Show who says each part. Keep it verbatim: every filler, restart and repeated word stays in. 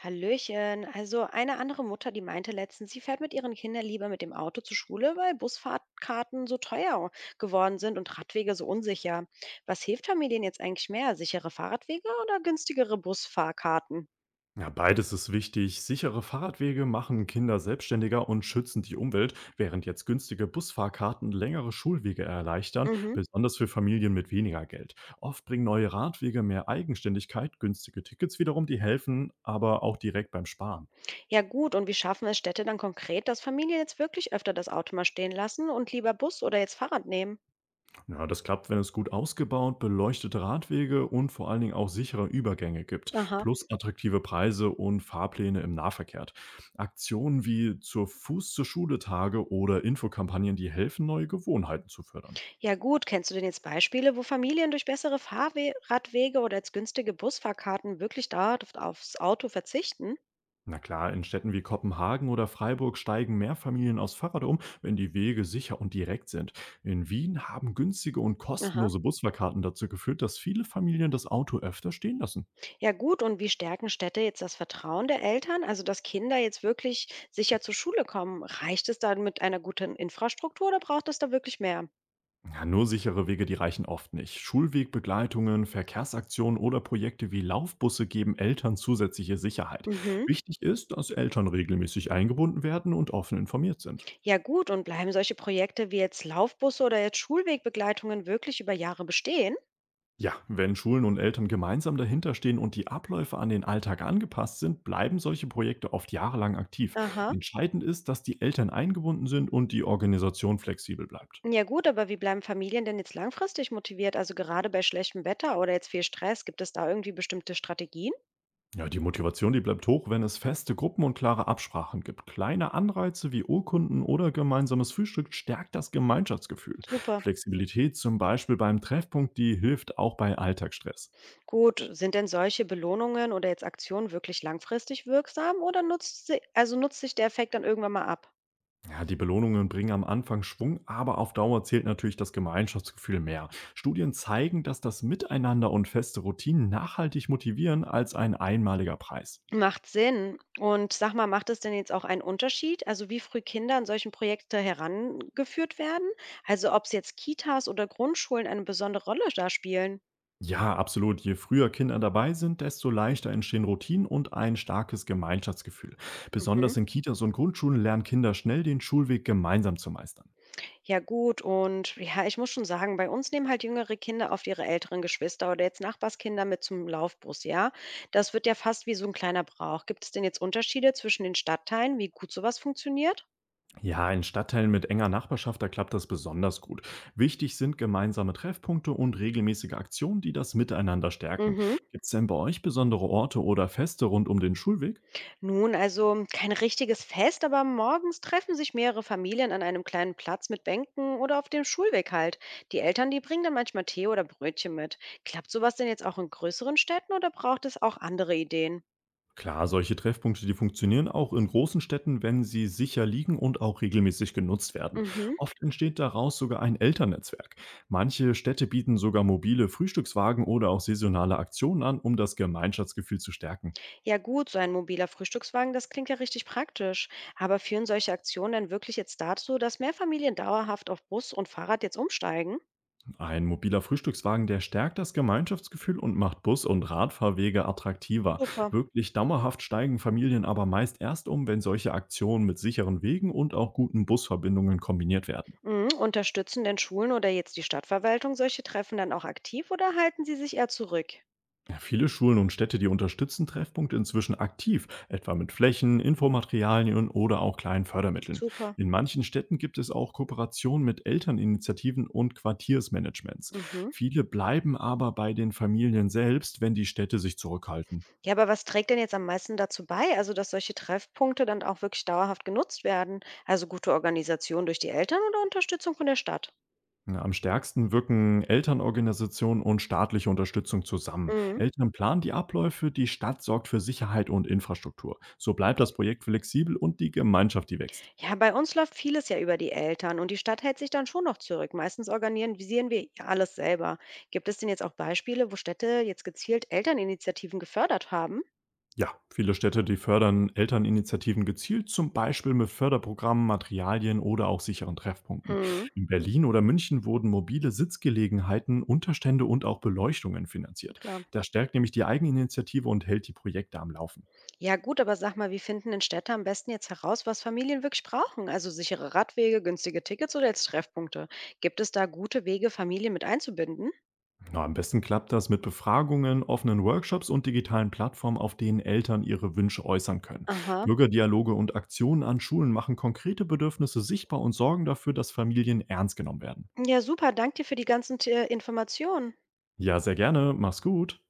Speaker 1: Hallöchen. Also eine andere Mutter, die meinte letztens, sie fährt mit ihren Kindern lieber mit dem Auto zur Schule, weil Busfahrtkarten so teuer geworden sind und Radwege so unsicher. Was hilft Familien jetzt eigentlich mehr? Sichere Fahrradwege oder günstigere Busfahrkarten?
Speaker 2: Ja, beides ist wichtig. Sichere Fahrradwege machen Kinder selbstständiger und schützen die Umwelt, während jetzt günstige Busfahrkarten längere Schulwege erleichtern,
Speaker 1: Mhm.
Speaker 2: besonders für Familien mit weniger Geld. Oft bringen neue Radwege mehr Eigenständigkeit, günstige Tickets wiederum, die helfen aber auch direkt beim Sparen.
Speaker 1: Ja gut, und wie schaffen es Städte dann konkret, dass Familien jetzt wirklich öfter das Auto mal stehen lassen und lieber Bus oder jetzt Fahrrad nehmen?
Speaker 2: Ja, das klappt, wenn es gut ausgebaut, beleuchtete Radwege und vor allen Dingen auch sichere Übergänge gibt,
Speaker 1: Aha.
Speaker 2: plus attraktive Preise und Fahrpläne im Nahverkehr. Aktionen wie zur Fuß zur Schule Tage oder Infokampagnen, die helfen, neue Gewohnheiten zu fördern.
Speaker 1: Ja gut, kennst du denn jetzt Beispiele, wo Familien durch bessere Fahrradwege oder jetzt günstige Busfahrkarten wirklich darauf aufs Auto verzichten?
Speaker 2: Na klar, in Städten wie Kopenhagen oder Freiburg steigen mehr Familien aufs Fahrrad um, wenn die Wege sicher und direkt sind. In Wien haben günstige und
Speaker 1: Aha.
Speaker 2: kostenlose Busfahrkarten dazu geführt, dass viele Familien das Auto öfter stehen lassen.
Speaker 1: Ja gut, und wie stärken Städte jetzt das Vertrauen der Eltern, also dass Kinder jetzt wirklich sicher zur Schule kommen? Reicht es dann mit einer guten Infrastruktur oder braucht es da wirklich mehr?
Speaker 2: Ja, nur sichere Wege, die reichen oft nicht. Schulwegbegleitungen, Verkehrsaktionen oder Projekte wie Laufbusse geben Eltern zusätzliche Sicherheit.
Speaker 1: Mhm.
Speaker 2: Wichtig ist, dass Eltern regelmäßig eingebunden werden und offen informiert sind.
Speaker 1: Ja gut, und bleiben solche Projekte wie jetzt Laufbusse oder jetzt Schulwegbegleitungen wirklich über Jahre bestehen?
Speaker 2: Ja, wenn Schulen und Eltern gemeinsam dahinterstehen und die Abläufe an den Alltag angepasst sind, bleiben solche Projekte oft jahrelang aktiv.
Speaker 1: Aha.
Speaker 2: Entscheidend ist, dass die Eltern eingebunden sind und die Organisation flexibel bleibt.
Speaker 1: Ja gut, aber wie bleiben Familien denn jetzt langfristig motiviert? Also gerade bei schlechtem Wetter oder jetzt viel Stress, gibt es da irgendwie bestimmte Strategien?
Speaker 2: Ja, die Motivation, die bleibt hoch, wenn es feste Gruppen und klare Absprachen gibt. Kleine Anreize wie Urkunden oder gemeinsames Frühstück stärkt das Gemeinschaftsgefühl.
Speaker 1: Super.
Speaker 2: Flexibilität zum Beispiel beim Treffpunkt, die hilft auch bei Alltagsstress.
Speaker 1: Gut, sind denn solche Belohnungen oder jetzt Aktionen wirklich langfristig wirksam oder nutzt sie, also nutzt sich der Effekt dann irgendwann mal ab?
Speaker 2: Ja, die Belohnungen bringen am Anfang Schwung, aber auf Dauer zählt natürlich das Gemeinschaftsgefühl mehr. Studien zeigen, dass das Miteinander und feste Routinen nachhaltig motivieren als ein einmaliger Preis.
Speaker 1: Macht Sinn. Und sag mal, macht es denn jetzt auch einen Unterschied? Also wie früh Kinder an solchen Projekte herangeführt werden? Also ob es jetzt Kitas oder Grundschulen eine besondere Rolle da spielen?
Speaker 2: Ja, absolut. Je früher Kinder dabei sind, desto leichter entstehen Routinen und ein starkes Gemeinschaftsgefühl.
Speaker 1: Mhm.
Speaker 2: Besonders in Kitas und Grundschulen lernen Kinder schnell den Schulweg gemeinsam zu meistern.
Speaker 1: Ja gut und ja, ich muss schon sagen, bei uns nehmen halt jüngere Kinder oft ihre älteren Geschwister oder jetzt Nachbarskinder mit zum Laufbus, ja? Das wird ja fast wie so ein kleiner Brauch. Gibt es denn jetzt Unterschiede zwischen den Stadtteilen, wie gut sowas funktioniert?
Speaker 2: Ja, in Stadtteilen mit enger Nachbarschaft, da klappt das besonders gut. Wichtig sind gemeinsame Treffpunkte und regelmäßige Aktionen, die das Miteinander stärken.
Speaker 1: Mhm.
Speaker 2: Gibt es denn bei euch besondere Orte oder Feste rund um den Schulweg?
Speaker 1: Nun, also kein richtiges Fest, aber morgens treffen sich mehrere Familien an einem kleinen Platz mit Bänken oder auf dem Schulweg halt. Die Eltern, die bringen dann manchmal Tee oder Brötchen mit. Klappt sowas denn jetzt auch in größeren Städten oder braucht es auch andere Ideen?
Speaker 2: Klar, solche Treffpunkte, die funktionieren auch in großen Städten, wenn sie sicher liegen und auch regelmäßig genutzt werden.
Speaker 1: Mhm.
Speaker 2: Oft entsteht daraus sogar ein Elternnetzwerk. Manche Städte bieten sogar mobile Frühstückswagen oder auch saisonale Aktionen an, um das Gemeinschaftsgefühl zu stärken.
Speaker 1: Ja gut, so ein mobiler Frühstückswagen, das klingt ja richtig praktisch. Aber führen solche Aktionen dann wirklich jetzt dazu, dass mehr Familien dauerhaft auf Bus und Fahrrad jetzt umsteigen?
Speaker 2: Ein mobiler Frühstückswagen, der stärkt das Gemeinschaftsgefühl und macht Bus- und Radfahrwege attraktiver.
Speaker 1: Super.
Speaker 2: Wirklich dauerhaft steigen Familien aber meist erst um, wenn solche Aktionen mit sicheren Wegen und auch guten Busverbindungen kombiniert werden.
Speaker 1: Mhm. Unterstützen denn Schulen oder jetzt die Stadtverwaltung solche Treffen dann auch aktiv oder halten sie sich eher zurück?
Speaker 2: Ja, viele Schulen und Städte, die unterstützen Treffpunkte inzwischen aktiv, etwa mit Flächen, Infomaterialien oder auch kleinen Fördermitteln.
Speaker 1: Super.
Speaker 2: In manchen Städten gibt es auch Kooperationen mit Elterninitiativen und Quartiersmanagements.
Speaker 1: Mhm.
Speaker 2: Viele bleiben aber bei den Familien selbst, wenn die Städte sich zurückhalten.
Speaker 1: Ja, aber was trägt denn jetzt am meisten dazu bei, also dass solche Treffpunkte dann auch wirklich dauerhaft genutzt werden? Also gute Organisation durch die Eltern oder Unterstützung von der Stadt?
Speaker 2: Na, am stärksten wirken Elternorganisationen und staatliche Unterstützung zusammen.
Speaker 1: Mhm.
Speaker 2: Eltern planen die Abläufe, die Stadt sorgt für Sicherheit und Infrastruktur. So bleibt das Projekt flexibel und die Gemeinschaft, die wächst.
Speaker 1: Ja, bei uns läuft vieles ja über die Eltern und die Stadt hält sich dann schon noch zurück. Meistens organisieren wir ja alles selber. Gibt es denn jetzt auch Beispiele, wo Städte jetzt gezielt Elterninitiativen gefördert haben?
Speaker 2: Ja, viele Städte, die fördern Elterninitiativen gezielt, zum Beispiel mit Förderprogrammen, Materialien oder auch sicheren Treffpunkten.
Speaker 1: Mhm.
Speaker 2: In Berlin oder München wurden mobile Sitzgelegenheiten, Unterstände und auch Beleuchtungen finanziert.
Speaker 1: Klar.
Speaker 2: Das stärkt nämlich die Eigeninitiative und hält die Projekte am Laufen.
Speaker 1: Ja, gut, aber sag mal, wie finden denn Städte am besten jetzt heraus, was Familien wirklich brauchen? Also sichere Radwege, günstige Tickets oder jetzt Treffpunkte? Gibt es da gute Wege, Familien mit einzubinden?
Speaker 2: Na, am besten klappt das mit Befragungen, offenen Workshops und digitalen Plattformen, auf denen Eltern ihre Wünsche äußern können.
Speaker 1: Aha.
Speaker 2: Bürgerdialoge und Aktionen an Schulen machen konkrete Bedürfnisse sichtbar und sorgen dafür, dass Familien ernst genommen werden.
Speaker 1: Ja, super. Dank dir für die ganzen T- Informationen.
Speaker 2: Ja, sehr gerne. Mach's gut.